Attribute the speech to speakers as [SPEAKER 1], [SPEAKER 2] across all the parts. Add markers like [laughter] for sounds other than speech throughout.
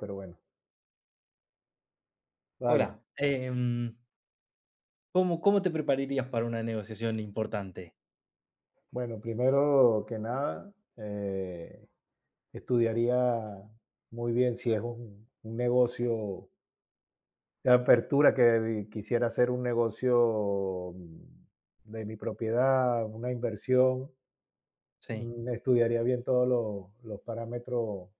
[SPEAKER 1] Pero bueno, vale.
[SPEAKER 2] Hola, ¿cómo, cómo te prepararías para una negociación importante?
[SPEAKER 1] Bueno, primero que nada, estudiaría muy bien si es un negocio de apertura que quisiera hacer un negocio de mi propiedad, una inversión.
[SPEAKER 2] Sí,
[SPEAKER 1] Estudiaría bien todos los parámetros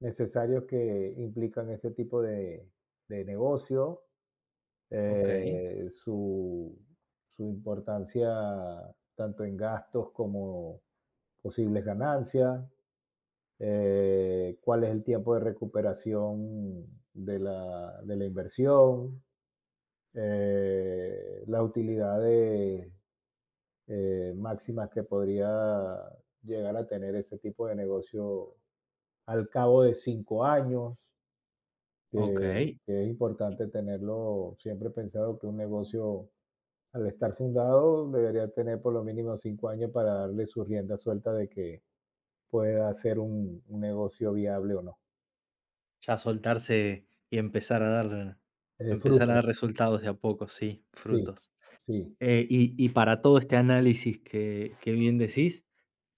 [SPEAKER 1] necesarios que implican este tipo de negocio,
[SPEAKER 2] ok,
[SPEAKER 1] eh, su, su importancia tanto en gastos como posibles ganancias, cuál es el tiempo de recuperación de la inversión, las utilidades máximas que podría llegar a tener ese tipo de negocio al cabo de 5 años.
[SPEAKER 2] ok.
[SPEAKER 1] Que es importante tenerlo. Siempre he pensado que un negocio, al estar fundado, debería tener por lo mínimo 5 años para darle su rienda suelta de que pueda ser un negocio viable o no.
[SPEAKER 2] Ya soltarse y empezar a
[SPEAKER 1] Fruto,
[SPEAKER 2] dar resultados de a poco, sí,
[SPEAKER 1] sí,
[SPEAKER 2] frutos.
[SPEAKER 1] sí.
[SPEAKER 2] Y para todo este análisis que bien decís,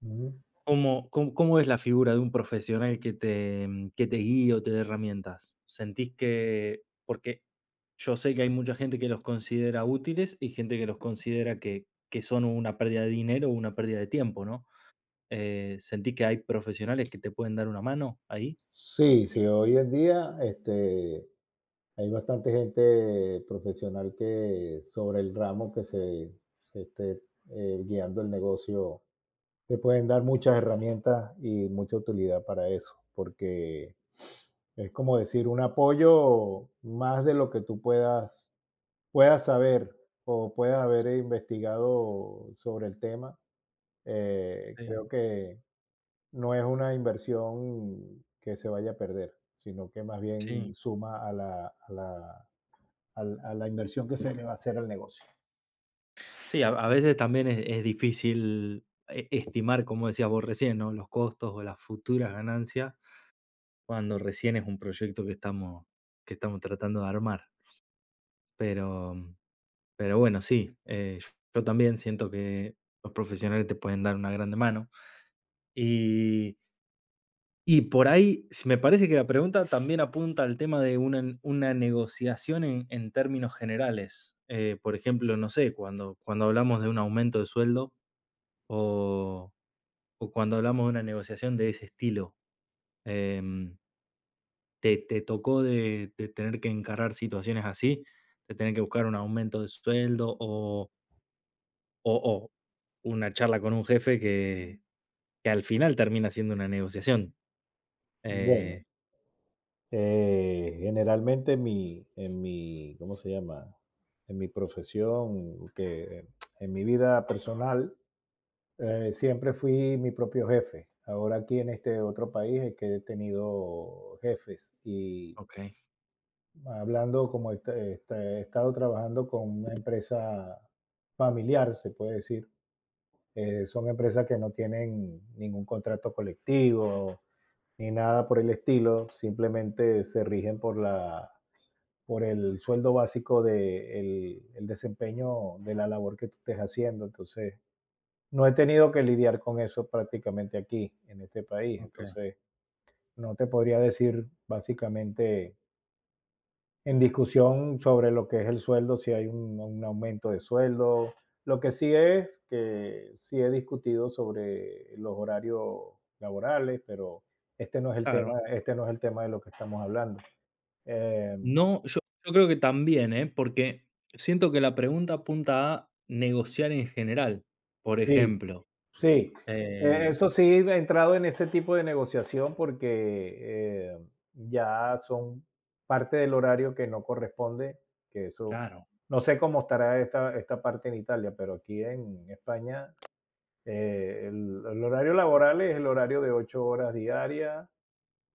[SPEAKER 1] Ujú.
[SPEAKER 2] ¿cómo cómo cómo es la figura de un profesional que te que te guíe o te dé herramientas? ¿Sentís que? Porque yo sé que hay mucha gente que los considera útiles y gente que los considera que son una pérdida de dinero o una pérdida de tiempo, ¿no? ¿Sentís que hay profesionales que te pueden dar una mano ahí?
[SPEAKER 1] Sí, sí, hoy en día, este, hay bastante gente profesional que sobre el ramo que se esté, guiando el negocio te pueden dar muchas herramientas y mucha utilidad para eso, porque es como decir un apoyo más de lo que tú puedas saber o puedas haber investigado sobre el tema.
[SPEAKER 2] Sí,
[SPEAKER 1] Creo que no es una inversión que se vaya a perder, sino que más
[SPEAKER 2] sí.
[SPEAKER 1] bien suma a la inversión que se le va a hacer al negocio.
[SPEAKER 2] Sí, a veces también es difícil e estimar, como decías vos recién, ¿no? Los costos o las futuras ganancias cuando recién es un proyecto que estamos tratando de armar. Pero pero bueno, sí, yo también siento que los profesionales te pueden dar una grande mano. Y y por ahí, si me parece que la pregunta también apunta al tema de una una negociación en términos generales. Por ejemplo, no sé, cuando cuando hablamos de un aumento de sueldo o o cuando hablamos de una negociación de ese estilo, em, ¿te te tocó de tener que encarar situaciones así? ¿De tener que buscar un aumento de sueldo o una charla con un jefe que al final termina siendo una negociación.
[SPEAKER 1] Bueno,
[SPEAKER 2] Eh
[SPEAKER 1] Generalmente en mi, ¿cómo se llama? En mi profesión, que en mi vida personal, siempre fui mi propio jefe. Ahora aquí en este otro país es que he tenido jefes y
[SPEAKER 2] Okey,
[SPEAKER 1] hablando como he estado trabajando con una empresa familiar, se puede decir. Son empresas que no tienen ningún contrato colectivo ni nada por el estilo, simplemente se rigen por el sueldo básico de el desempeño de la labor que tú estés haciendo. Entonces, no he tenido que lidiar con eso prácticamente aquí, en este país.
[SPEAKER 2] okey,
[SPEAKER 1] Entonces, no te podría decir básicamente en discusión sobre lo que es el sueldo, si hay un aumento de sueldo. Lo que sí es que sí he discutido sobre los horarios laborales, pero este no es el
[SPEAKER 2] claro.
[SPEAKER 1] tema, este no es el tema de lo que estamos hablando. Eh,
[SPEAKER 2] No, yo yo creo que también, ¿eh? Porque siento que la pregunta apunta a negociar en general. Por
[SPEAKER 1] sí,
[SPEAKER 2] ejemplo,
[SPEAKER 1] sí,
[SPEAKER 2] eh
[SPEAKER 1] eso sí, he entrado en ese tipo de negociación porque ya son parte del horario que no corresponde, que eso,
[SPEAKER 2] claro.
[SPEAKER 1] no sé cómo estará esta parte en Italia, pero aquí en España el horario laboral es el horario de 8 horas diarias,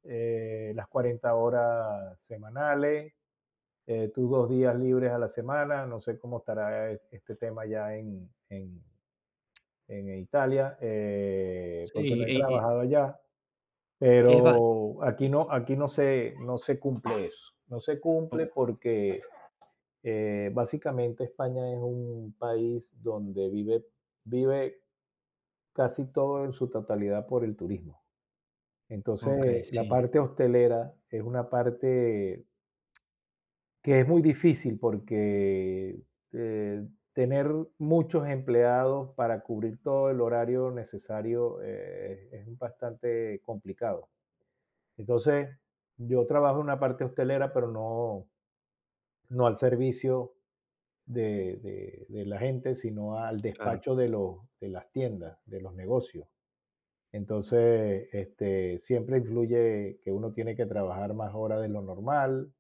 [SPEAKER 1] las 40 horas semanales, tus 2 días libres a la semana, no sé cómo estará este tema ya en, en Italia,
[SPEAKER 2] Sí,
[SPEAKER 1] porque no he
[SPEAKER 2] y
[SPEAKER 1] trabajado allá,
[SPEAKER 2] es bastante
[SPEAKER 1] pero aquí no se cumple eso, no se
[SPEAKER 2] o
[SPEAKER 1] cumple porque básicamente España es un país donde vive casi todo en su totalidad por el turismo. Entonces, la
[SPEAKER 2] sí,
[SPEAKER 1] parte hostelera es una parte que es muy difícil porque eh, tener muchos empleados para cubrir todo el horario necesario es bastante complicado. Entonces, yo trabajo en una parte hostelera, pero no, no al servicio de la gente, sino al
[SPEAKER 2] claro.
[SPEAKER 1] despacho de las tiendas, de los negocios. Entonces, este, siempre influye que uno tiene que trabajar más horas de lo normal,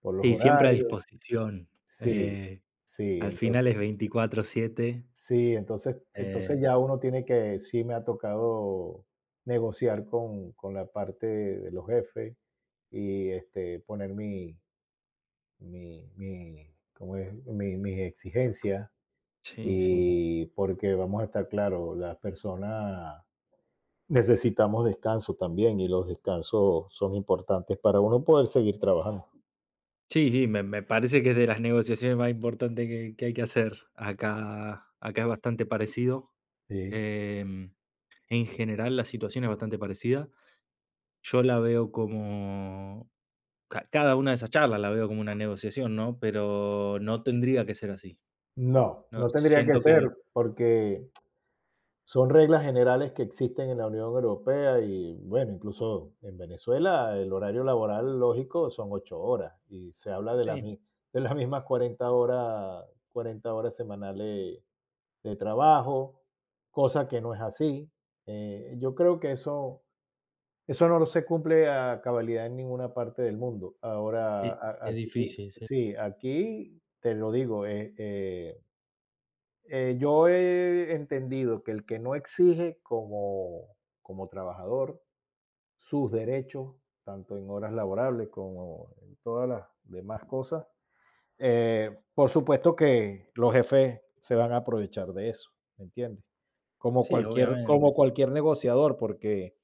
[SPEAKER 1] por los
[SPEAKER 2] Sí, siempre a
[SPEAKER 1] horarios.
[SPEAKER 2] disposición.
[SPEAKER 1] Sí,
[SPEAKER 2] Eh,
[SPEAKER 1] sí,
[SPEAKER 2] al final
[SPEAKER 1] entonces.
[SPEAKER 2] es 24/7
[SPEAKER 1] Sí, entonces
[SPEAKER 2] eh
[SPEAKER 1] ya uno tiene que, sí, me ha tocado negociar con la parte de los jefes y, este, poner mi, ¿cómo es? Mi mis exigencias,
[SPEAKER 2] sí, sí.
[SPEAKER 1] y porque vamos a estar claro, las personas necesitamos descanso también, y los descansos son importantes para uno poder seguir trabajando.
[SPEAKER 2] Sí, sí, me parece que es de las negociaciones más importantes que hay que hacer. Acá, acá es bastante parecido.
[SPEAKER 1] Sí.
[SPEAKER 2] em, en general, la situación es bastante parecida. Yo la veo como... Cada una de esas charlas la veo como una negociación, ¿no? Pero no tendría que ser así.
[SPEAKER 1] No,
[SPEAKER 2] No,
[SPEAKER 1] no tendría que
[SPEAKER 2] siento
[SPEAKER 1] ser,
[SPEAKER 2] que...
[SPEAKER 1] porque son reglas generales que existen en la Unión Europea y, bueno, incluso en Venezuela el horario laboral lógico son 8 horas y se habla
[SPEAKER 2] Sí,
[SPEAKER 1] de las mismas cuarenta horas semanales de trabajo, cosa que no es así. Yo creo que eso no se cumple a cabalidad en ninguna parte del mundo. Ahora, a
[SPEAKER 2] es,
[SPEAKER 1] aquí
[SPEAKER 2] difícil, sí.
[SPEAKER 1] sí, aquí te lo digo, yo he entendido que el que no exige como trabajador sus derechos, tanto en horas laborables como en todas las demás cosas, por supuesto que los jefes se van a aprovechar de eso, ¿me entiendes? Como
[SPEAKER 2] Sí,
[SPEAKER 1] cualquier, como
[SPEAKER 2] obviamente.
[SPEAKER 1] cualquier negociador, porque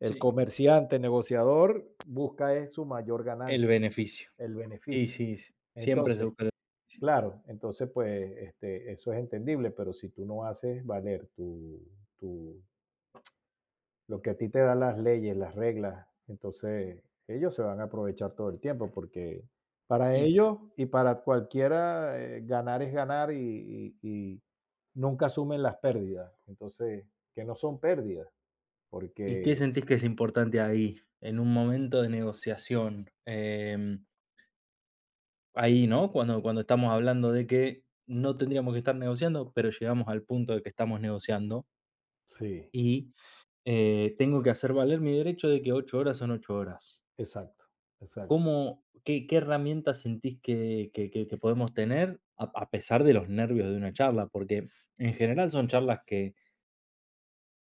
[SPEAKER 1] el
[SPEAKER 2] Sí,
[SPEAKER 1] comerciante negociador busca es su mayor
[SPEAKER 2] el
[SPEAKER 1] ganancia,
[SPEAKER 2] beneficio.
[SPEAKER 1] el
[SPEAKER 2] Sí,
[SPEAKER 1] beneficio.
[SPEAKER 2] sí, sí, siempre se
[SPEAKER 1] Entonces,
[SPEAKER 2] busca...
[SPEAKER 1] claro, entonces, pues, este, eso es entendible, pero si tú no haces valer tu, lo que a ti te dan las leyes, las reglas, entonces ellos se van a aprovechar todo el tiempo porque para
[SPEAKER 2] Y
[SPEAKER 1] ellos y para cualquiera ganar es ganar y nunca asumen las pérdidas. Entonces, que no son pérdidas,
[SPEAKER 2] ¿y qué
[SPEAKER 1] porque
[SPEAKER 2] sentís que es importante ahí, en un momento de negociación? Ahí, ¿no? Cuando, cuando estamos hablando de que no tendríamos que estar negociando, pero llegamos al punto de que estamos negociando
[SPEAKER 1] sí,
[SPEAKER 2] y tengo que hacer valer mi derecho de que 8 horas son 8 horas.
[SPEAKER 1] exacto, exacto.
[SPEAKER 2] ¿Cómo, qué, qué herramientas sentís que, que podemos tener a pesar de los nervios de una charla? Porque en general son charlas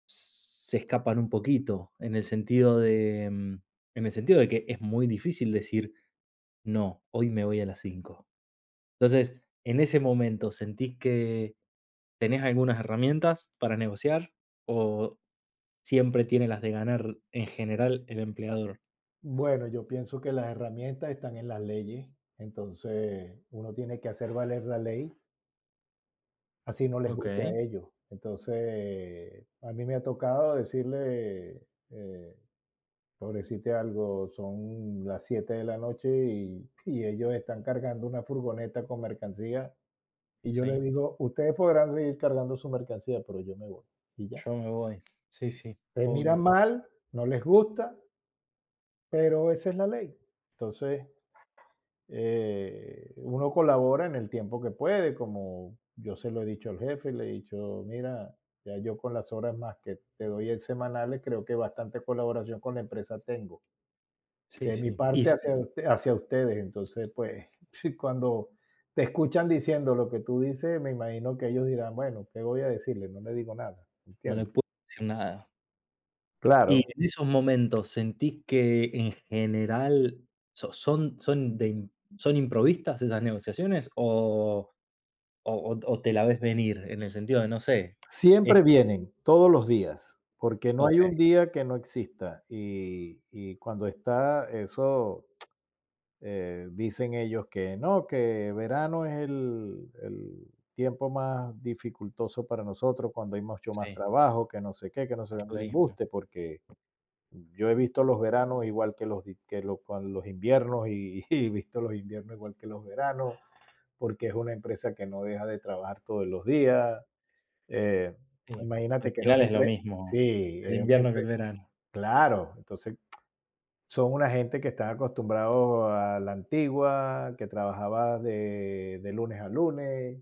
[SPEAKER 2] se escapan un poquito, en el sentido de, en el sentido de que es muy difícil decir: "No, hoy me voy a las 5". Entonces, en ese momento, ¿sentís que tenés algunas herramientas para negociar o siempre tiene las de ganar en general el empleador?
[SPEAKER 1] Bueno, yo pienso que las herramientas están en las leyes, entonces uno tiene que hacer valer la ley. Así no les guste a
[SPEAKER 2] Okey,
[SPEAKER 1] ellos. Entonces, a mí me ha tocado decirle, por decirte algo, son las 7 de la noche y ellos están cargando una furgoneta con mercancía. Y yo les
[SPEAKER 2] sí,
[SPEAKER 1] digo, ustedes podrán seguir cargando su mercancía, pero yo me voy. Y ya.
[SPEAKER 2] yo me voy. Sí, sí,
[SPEAKER 1] Te
[SPEAKER 2] obvio.
[SPEAKER 1] miran mal, no les gusta, pero esa es la ley. Entonces, uno colabora en el tiempo que puede, como yo se lo he dicho al jefe, le he dicho, mira, ya yo con las horas más que te doy el semanales, creo que bastante colaboración con la empresa tengo.
[SPEAKER 2] Sí,
[SPEAKER 1] De mi
[SPEAKER 2] sí. Y
[SPEAKER 1] parte
[SPEAKER 2] s
[SPEAKER 1] hacia ustedes, entonces pues [laughs] sí, cuando te escuchan diciendo lo que tú dices, me imagino que ellos dirán, bueno, ¿qué voy a decirle? No le digo nada,
[SPEAKER 2] no le
[SPEAKER 1] ¿entiendes?
[SPEAKER 2] puedo decir nada.
[SPEAKER 1] Claro,
[SPEAKER 2] Y en esos momentos, ¿sentís que en general son de im son improvistas esas negociaciones o o te la ves venir? En el sentido de, no sé, es
[SPEAKER 1] siempre vienen, todos los días, porque no hay
[SPEAKER 2] okey,
[SPEAKER 1] un día que no exista y cuando está eso dicen ellos que no, que verano es el tiempo más dificultoso para nosotros cuando hay mucho más
[SPEAKER 2] sí,
[SPEAKER 1] trabajo, que no sé qué, que no se
[SPEAKER 2] al
[SPEAKER 1] me
[SPEAKER 2] turismo,
[SPEAKER 1] embuste, porque yo he visto los veranos igual que los, di- que lo- con los inviernos y, [laughs] y he visto los inviernos igual que los veranos, porque es una empresa que no deja de trabajar todos los días. eh,
[SPEAKER 2] sí, al
[SPEAKER 1] Imagínate que era
[SPEAKER 2] final
[SPEAKER 1] una
[SPEAKER 2] es lo
[SPEAKER 1] empresa,
[SPEAKER 2] mismo
[SPEAKER 1] sí,
[SPEAKER 2] el
[SPEAKER 1] era una
[SPEAKER 2] invierno que el
[SPEAKER 1] empresa,
[SPEAKER 2] verano.
[SPEAKER 1] claro, entonces son una gente que están acostumbrados a la antigua, que trabajaba de lunes a lunes,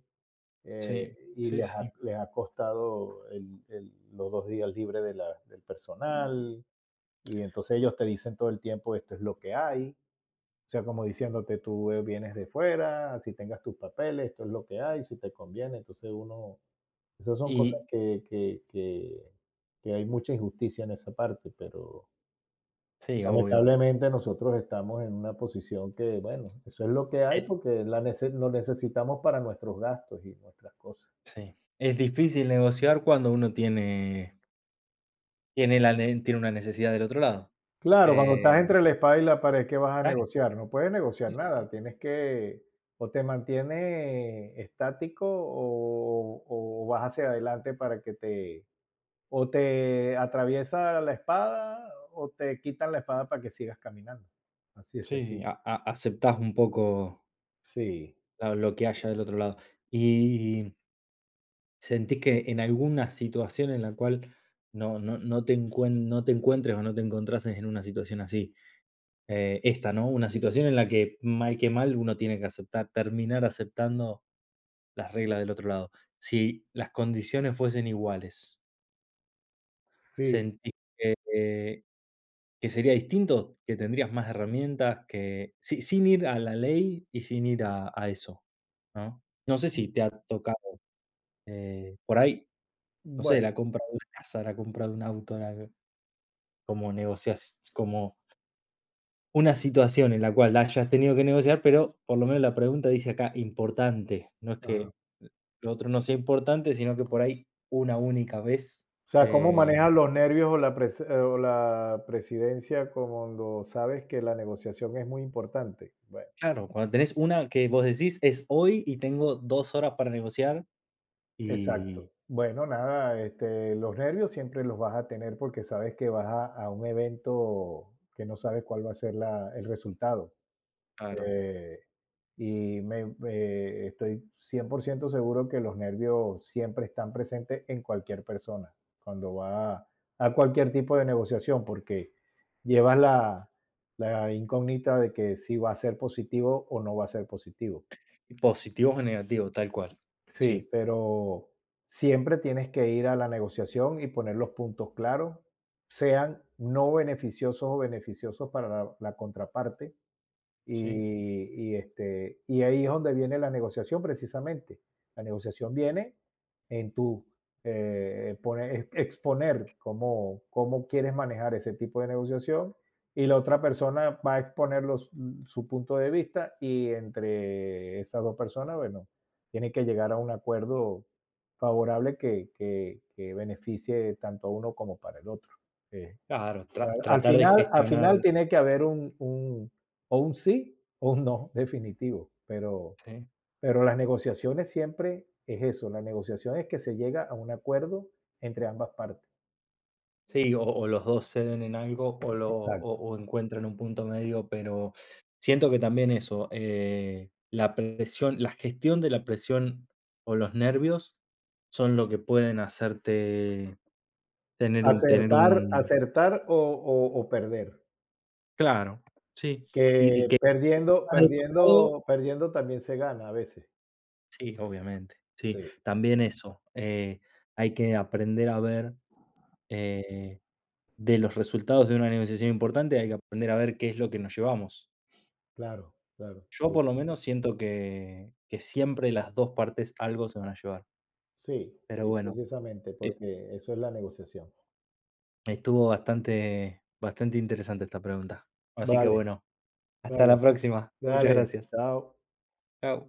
[SPEAKER 2] Sí,
[SPEAKER 1] y
[SPEAKER 2] sí,
[SPEAKER 1] les
[SPEAKER 2] sí.
[SPEAKER 1] ha les ha costado el los 2 días libres de la del personal, y entonces ellos te dicen todo el tiempo: "Esto es lo que hay". O sea, como diciéndote: "Tú, vienes de fuera, así tengas tus papeles, esto es lo que hay, si te conviene". Entonces uno esas son cosas
[SPEAKER 2] Y
[SPEAKER 1] que hay mucha injusticia en esa parte, pero
[SPEAKER 2] sí, obvio,
[SPEAKER 1] lamentablemente nosotros estamos en una posición que, bueno, eso es lo que hay
[SPEAKER 2] eh,
[SPEAKER 1] porque lo necesitamos para nuestros gastos y nuestras cosas.
[SPEAKER 2] sí. Es difícil negociar cuando uno tiene tiene la ne tiene una necesidad del otro lado.
[SPEAKER 1] Claro, cuando
[SPEAKER 2] Eh,
[SPEAKER 1] estás entre la espada y la pared, ¿qué vas a
[SPEAKER 2] claro,
[SPEAKER 1] negociar? No puedes
[SPEAKER 2] sí,
[SPEAKER 1] negociar
[SPEAKER 2] sí.
[SPEAKER 1] nada, tienes que o te mantienes estático, o vas hacia adelante para que te, o te atraviesa la espada o te quitan la espada para que sigas caminando. Así es
[SPEAKER 2] Sí, sí,
[SPEAKER 1] sencillo.
[SPEAKER 2] a aceptás un poco
[SPEAKER 1] Sí,
[SPEAKER 2] la lo que haya del otro lado. Y, ¿sentís que en alguna situación en la cual no te encuen no te encuentres o no te encontrases en una situación así? Esta, ¿no? Una situación en la que mal, uno tiene que aceptar terminar aceptando las reglas del otro lado. Si las condiciones fuesen iguales,
[SPEAKER 1] sí.
[SPEAKER 2] ¿sentís que Que sería distinto, que tendrías más herramientas que si sin ir a la ley y sin ir a eso, ¿no? No sé si te ha tocado, por ahí, no sé,
[SPEAKER 1] Bueno,
[SPEAKER 2] la compra de una casa, la compra de un auto, la como negocias como una situación en la cual hayas tenido que negociar, pero por lo menos la pregunta dice acá importante, no es que
[SPEAKER 1] ajá.
[SPEAKER 2] lo otro no sea importante, sino que por ahí una única vez,
[SPEAKER 1] O sea, ¿cómo
[SPEAKER 2] eh,
[SPEAKER 1] manejas los nervios o la pres o la presidencia cuando sabes que la negociación es muy importante? Bueno,
[SPEAKER 2] claro, cuando tenés una que vos decís: "Es hoy y tengo 2 horas para negociar",
[SPEAKER 1] exacto.
[SPEAKER 2] y
[SPEAKER 1] Bueno, nada, este, los nervios siempre los vas a tener porque sabes que vas a un evento que no sabes cuál va a ser la el resultado.
[SPEAKER 2] claro.
[SPEAKER 1] Eh, estoy 100% seguro que los nervios siempre están presentes en cualquier persona, cuando va a cualquier tipo de negociación, porque llevas la incógnita de que si va a ser positivo o no va a ser positivo.
[SPEAKER 2] Positivos o negativos, tal cual. Sí,
[SPEAKER 1] Sí, pero siempre tienes que ir a la negociación y poner los puntos claros, sean no beneficiosos o beneficiosos para la contraparte y,
[SPEAKER 2] sí.
[SPEAKER 1] este, y ahí es donde viene la negociación precisamente. La negociación viene en tu exponer cómo quieres manejar ese tipo de negociación y la otra persona va a exponer su punto de vista y entre esas dos personas, bueno, tiene que llegar a un acuerdo favorable que, que beneficie tanto a uno como para el otro. Eh,
[SPEAKER 2] Claro,
[SPEAKER 1] Claro, al
[SPEAKER 2] tratar de
[SPEAKER 1] final, al
[SPEAKER 2] gestionar,
[SPEAKER 1] final tiene que haber o un sí o un no definitivo, pero,
[SPEAKER 2] sí.
[SPEAKER 1] pero las negociaciones siempre es eso, la negociación es que se llega a un acuerdo entre ambas partes.
[SPEAKER 2] Sí, o los dos ceden en algo o, lo,
[SPEAKER 1] Exacto.
[SPEAKER 2] o encuentran un punto medio, pero siento que también eso, la presión, la gestión de la presión o los nervios son lo que pueden hacerte tener
[SPEAKER 1] Acertar,
[SPEAKER 2] un,
[SPEAKER 1] acertar o perder.
[SPEAKER 2] claro, sí. Y
[SPEAKER 1] Que
[SPEAKER 2] que
[SPEAKER 1] perdiendo,
[SPEAKER 2] estás de tu lado,
[SPEAKER 1] perdiendo, perdiendo también se gana a veces.
[SPEAKER 2] sí, obviamente. Sí,
[SPEAKER 1] Sí,
[SPEAKER 2] también eso. Hay que aprender a ver Eh, de los resultados de una negociación importante hay que aprender a ver qué es lo que nos llevamos.
[SPEAKER 1] claro, claro.
[SPEAKER 2] Yo
[SPEAKER 1] Sí,
[SPEAKER 2] por lo menos siento que siempre las 2 partes algo se van a llevar.
[SPEAKER 1] sí,
[SPEAKER 2] Pero
[SPEAKER 1] sí,
[SPEAKER 2] bueno,
[SPEAKER 1] precisamente,
[SPEAKER 2] eh,
[SPEAKER 1] porque eso es la negociación.
[SPEAKER 2] estuvo bastante, bastante interesante esta pregunta. Así que
[SPEAKER 1] Vale,
[SPEAKER 2] bueno, hasta
[SPEAKER 1] vale,
[SPEAKER 2] la próxima. Muchas
[SPEAKER 1] dale,
[SPEAKER 2] gracias.
[SPEAKER 1] chao.
[SPEAKER 2] Chao.